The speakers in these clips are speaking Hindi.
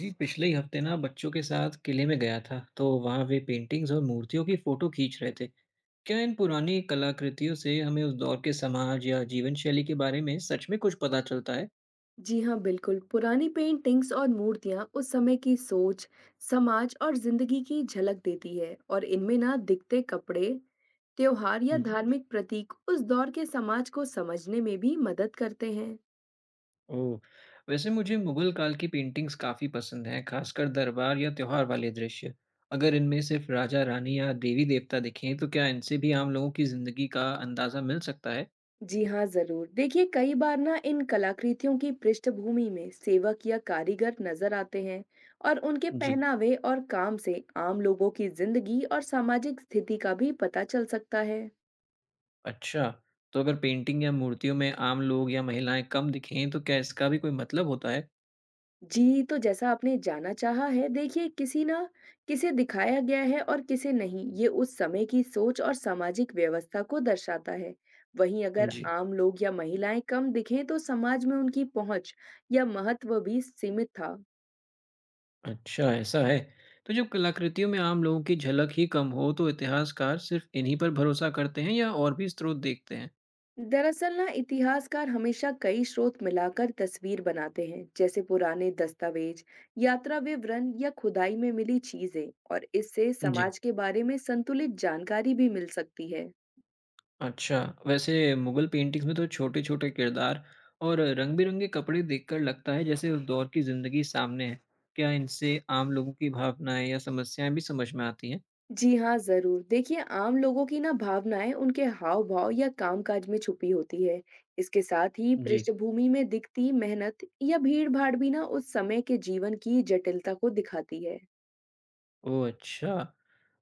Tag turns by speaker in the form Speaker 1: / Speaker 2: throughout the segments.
Speaker 1: जी, पिछले ही हफ्ते ना बच्चों के साथ किले में गया था, तो वहाँ वे पेंटिंग्स और मूर्तियों की फोटो खींच रहे थे। क्या इन पुरानी कलाकृतियों से हमें उस दौर के समाज या जीवन शैली के बारे में सच में कुछ पता चलता है?
Speaker 2: जी हाँ बिल्कुल। पुरानी पेंटिंग्स और मूर्तियाँ उस समय की सोच, समाज और जिंदगी की झलक देती है, और इनमें ना दिखते कपड़े, त्योहार या
Speaker 1: हम्म।
Speaker 2: धार्मिक प्रतीक उस दौर के समाज को समझने में भी मदद करते हैं।
Speaker 1: ओह। वैसे मुझे मुगल काल की पेंटिंग्स काफी पसंद हैं, खासकर दरबार या त्योहार वाले दृश्य। अगर इनमें सिर्फ राजा रानी या देवी देवता दिखें, तो क्या इनसे भी आम लोगों की जिंदगी का अंदाजा मिल सकता है?
Speaker 2: जी हाँ, जरूर। देखिए, कई बार ना इन कलाकृतियों की पृष्ठभूमि में सेवक या कारीगर नजर आते हैं, और उनके
Speaker 1: जी।
Speaker 2: पहनावे और काम से आम लोगों की जिंदगी और सामाजिक स्थिति का भी पता चल सकता है।
Speaker 1: अच्छा, तो अगर पेंटिंग या मूर्तियों में आम लोग या महिलाएँ कम दिखें तो क्या इसका भी कोई मतलब होता है?
Speaker 2: जी, तो जैसा आपने जाना चाहा है, देखिए किसी ना किसे दिखाया गया है और किसे नहीं, ये उस समय की सोच और सामाजिक व्यवस्था को दर्शाता है। वहीं अगर
Speaker 1: जी।
Speaker 2: आम लोग या महिलाएं कम दिखें तो समाज में उनकी पहुंच या महत्व भी सीमित था।
Speaker 1: अच्छा, ऐसा है। तो जब कलाकृतियों में आम लोगों की झलक ही कम हो तो इतिहासकार सिर्फ इन्हीं पर भरोसा करते हैं या और भी स्रोत देखते हैं?
Speaker 2: दरअसल ना इतिहासकार हमेशा कई स्रोत मिलाकर तस्वीर बनाते हैं, जैसे पुराने दस्तावेज, यात्रा विवरण या खुदाई में मिली चीजें, और इससे
Speaker 1: जी।
Speaker 2: समाज के बारे में संतुलित जानकारी भी मिल सकती है।
Speaker 1: अच्छा, वैसे मुगल पेंटिंग्स में तो छोटे-छोटे किरदार और रंग-बिरंगे कपड़े देखकर लगता है जैसे उस दौर की जिंदगी सामने है। क्या इनसे आम लोगों की भावनाएं या समस्याएं भी समझ में आती हैं?
Speaker 2: जी हाँ, ज़रूर। देखिए, आम लोगों की ना भावनाएँ उनके हाव-भाव या कामकाज में छुपी होती है। इसके साथ ही
Speaker 1: जी।
Speaker 2: पृष्ठभूमि में दिखती मेहनत या भीड़-भाड़ भी ना उस समय के जीवन की जटिलता को दिखाती है।
Speaker 1: ओह अच्छा।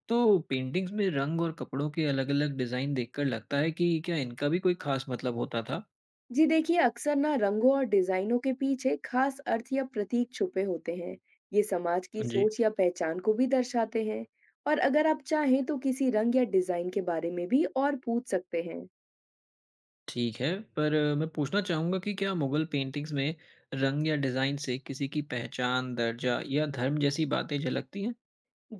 Speaker 1: तो पेंटिंग्स में रंग और कपड़ों के अलग-अलग डिज़ाइन देखकर लगता है कि क्या इनका भी कोई खास मतलब होता था?
Speaker 2: जी, देखिए, अक्सर ना रंगों और डिज़ाइनों के पीछे खास अर्थ या प्रतीक छुपे होते हैं। ये समाज की
Speaker 1: जी,
Speaker 2: सोच या पहचान को भी दर्शाते हैं। और अगर आप चाहें तो किसी रंग या डिज़ाइन के बारे में भी और पूछ सकते हैं।
Speaker 1: ठीक है। पर मैं पूछना चाहूँगा कि क्या मुगल पेंटिंग्स में रंग या डिज़ाइन से किसी की पहचान, दर्जा या धर्म जैसी बातें झलकती हैं?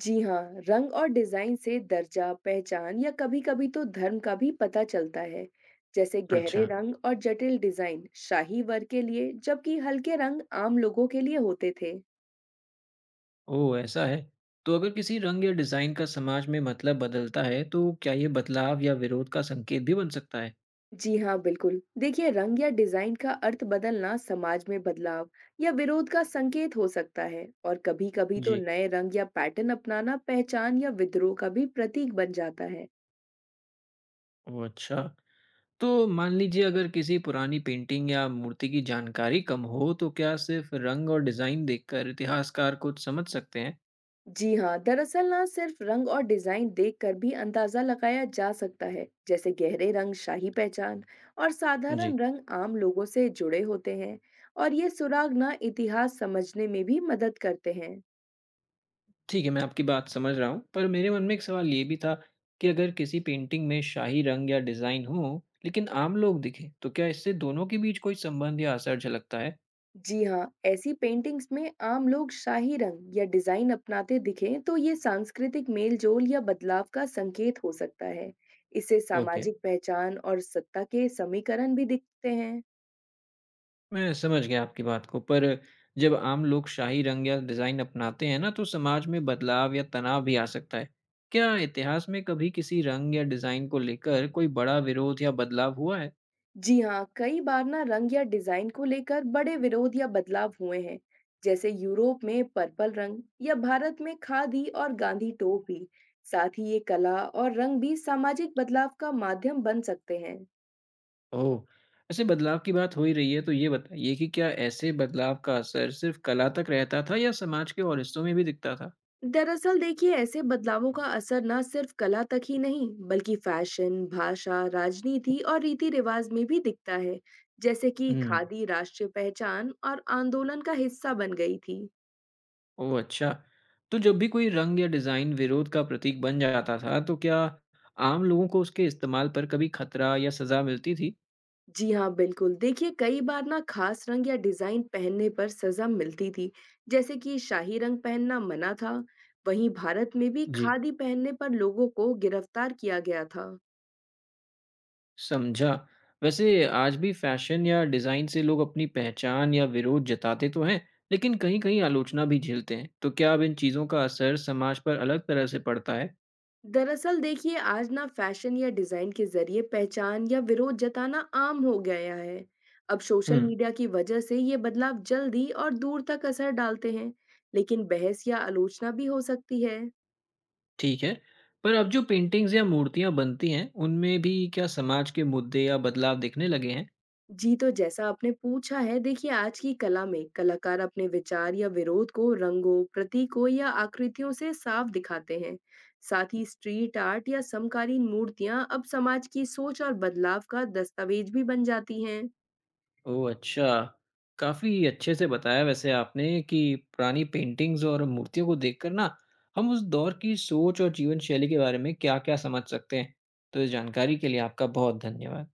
Speaker 2: जी हाँ, रंग और डिजाइन से दर्जा, पहचान या कभी-कभी तो धर्म का भी पता चलता है। जैसे गहरे
Speaker 1: अच्छा।
Speaker 2: रंग और जटिल डिजाइन शाही वर्ग के लिए, जबकि हल्के रंग आम लोगों के लिए होते थे।
Speaker 1: ओह, ऐसा है। तो अगर किसी रंग या डिज़ाइन का समाज में मतलब बदलता है, तो क्या ये बदलाव या विरोध का संकेत भी बन सकता है?
Speaker 2: जी हाँ, बिल्कुल। देखिए, रंग या डिजाइन का अर्थ बदलना समाज में बदलाव या विरोध का संकेत हो सकता है, और कभी-कभी तो
Speaker 1: जी,
Speaker 2: नए रंग या पैटर्न अपनाना पहचान या विद्रोह का भी प्रतीक बन जाता है।
Speaker 1: ओह अच्छा। तो मान लीजिए अगर किसी पुरानी पेंटिंग या मूर्ति की जानकारी कम हो तो क्या सिर्फ रंग और डिजाइन देखकर इतिहासकार कुछ समझ सकते हैं।
Speaker 2: जी हाँ, दरअसल ना सिर्फ रंग और डिजाइन देखकर भी अंदाजा लगाया जा सकता है। जैसे गहरे रंग शाही पहचान और
Speaker 1: जी,
Speaker 2: साधारण रंग आम लोगों से जुड़े होते हैं, और ये सुराग ना इतिहास समझने में भी मदद करते हैं।
Speaker 1: ठीक है। मैं आपकी बात समझ रहा हूँ, पर मेरे मन में एक सवाल ये भी था कि अगर किसी पेंटिंग में शाही रंग या डिजाइन हो लेकिन आम लोग दिखे तो क्या इससे दोनों के बीच कोई संबंध या असर झलकता है।
Speaker 2: जी हाँ, ऐसी पेंटिंग्स में आम लोग शाही रंग या डिजाइन अपनाते दिखें तो ये सांस्कृतिक मेलजोल या बदलाव का संकेत हो सकता है। इससे
Speaker 1: ओके,
Speaker 2: सामाजिक पहचान और सत्ता के समीकरण भी दिखते हैं।
Speaker 1: मैं समझ गया आपकी बात को, पर जब आम लोग शाही रंग या डिज़ाइन अपनाते हैं ना, तो समाज में बदलाव या तनाव भी आ सकता है। क्या इतिहास में कभी किसी रंग या डिज़ाइन को लेकर कोई बड़ा विरोध या बदलाव हुआ है?
Speaker 2: जी हाँ, कई बार ना रंग या डिजाइन को लेकर बड़े विरोध या बदलाव हुए हैं, जैसे यूरोप में पर्पल रंग या भारत में खादी और गांधी टोपी। साथ ही ये कला और रंग भी सामाजिक बदलाव का माध्यम बन सकते हैं।
Speaker 1: ओह! वैसे बदलाव की बात हो ही रही है, तो ये बताइए कि क्या ऐसे बदलाव का असर सिर्फ़ कला तक रहता था या समाज के और हिस्सों में भी दिखता था?
Speaker 2: दरअसल देखिए, ऐसे बदलावों का असर ना सिर्फ कला तक ही नहीं बल्कि फैशन, भाषा, राजनीति और रीति रिवाज में भी दिखता है। जैसे कि
Speaker 1: हुँ।
Speaker 2: खादी राष्ट्रीय पहचान और आंदोलन का हिस्सा बन गई थी।
Speaker 1: ओह! अच्छा। तो जब भी कोई रंग या डिज़ाइन विरोध का प्रतीक बन जाता था, तो क्या आम लोगों को उसके इस्तेमाल पर कभी खतरा या सज़ा मिलती थी?
Speaker 2: जी हाँ, बिल्कुल। देखिए, कई बार ना खास रंग या डिज़ाइन पहनने पर सज़ा मिलती थी, जैसे कि शाही रंग पहनना मना था। वहीं भारत में भी
Speaker 1: जी।
Speaker 2: खादी पहनने पर लोगों को गिरफ्तार किया गया था।
Speaker 1: समझा। वैसे आज भी फैशन या डिज़ाइन से लोग अपनी पहचान या विरोध जताते तो हैं, लेकिन कहीं-कहीं आलोचना भी झेलते हैं। तो क्या अब इन चीज़ों का असर समाज पर अलग तरह से पड़ता है?
Speaker 2: दरअसल देखिए, आज ना फैशन या डिज़ाइन के ज़रिए पहचान या विरोध जताना आम हो गया है। अब
Speaker 1: हुँ,
Speaker 2: सोशल मीडिया की वजह से ये बदलाव जल्दी और दूर तक असर डालते हैं, लेकिन बहस या आलोचना भी हो सकती है।
Speaker 1: ठीक है। पर अब जो पेंटिंग्स या मूर्तियाँ बनती हैं, उनमें भी क्या समाज के मुद्दे या बदलाव दिखने लगे हैं?
Speaker 2: जी, तो जैसा आपने पूछा है, देखिए आज की कला में कलाकार अपने विचार या विरोध को रंगों, प्रतीकों या आकृतियों से साफ दिखाते हैं। साथ ही स्ट्रीट आर्ट या समकालीन मूर्तियां अब समाज की सोच और बदलाव का दस्तावेज भी बन जाती हैं।
Speaker 1: ओह! अच्छा। काफ़ी अच्छे से बताया वैसे आपने कि पुरानी पेंटिंग्स और मूर्तियों को देखकर ना, हम उस दौर की सोच और जीवन शैली के बारे में क्या-क्या समझ सकते हैं। तो इस जानकारी के लिए आपका बहुत धन्यवाद।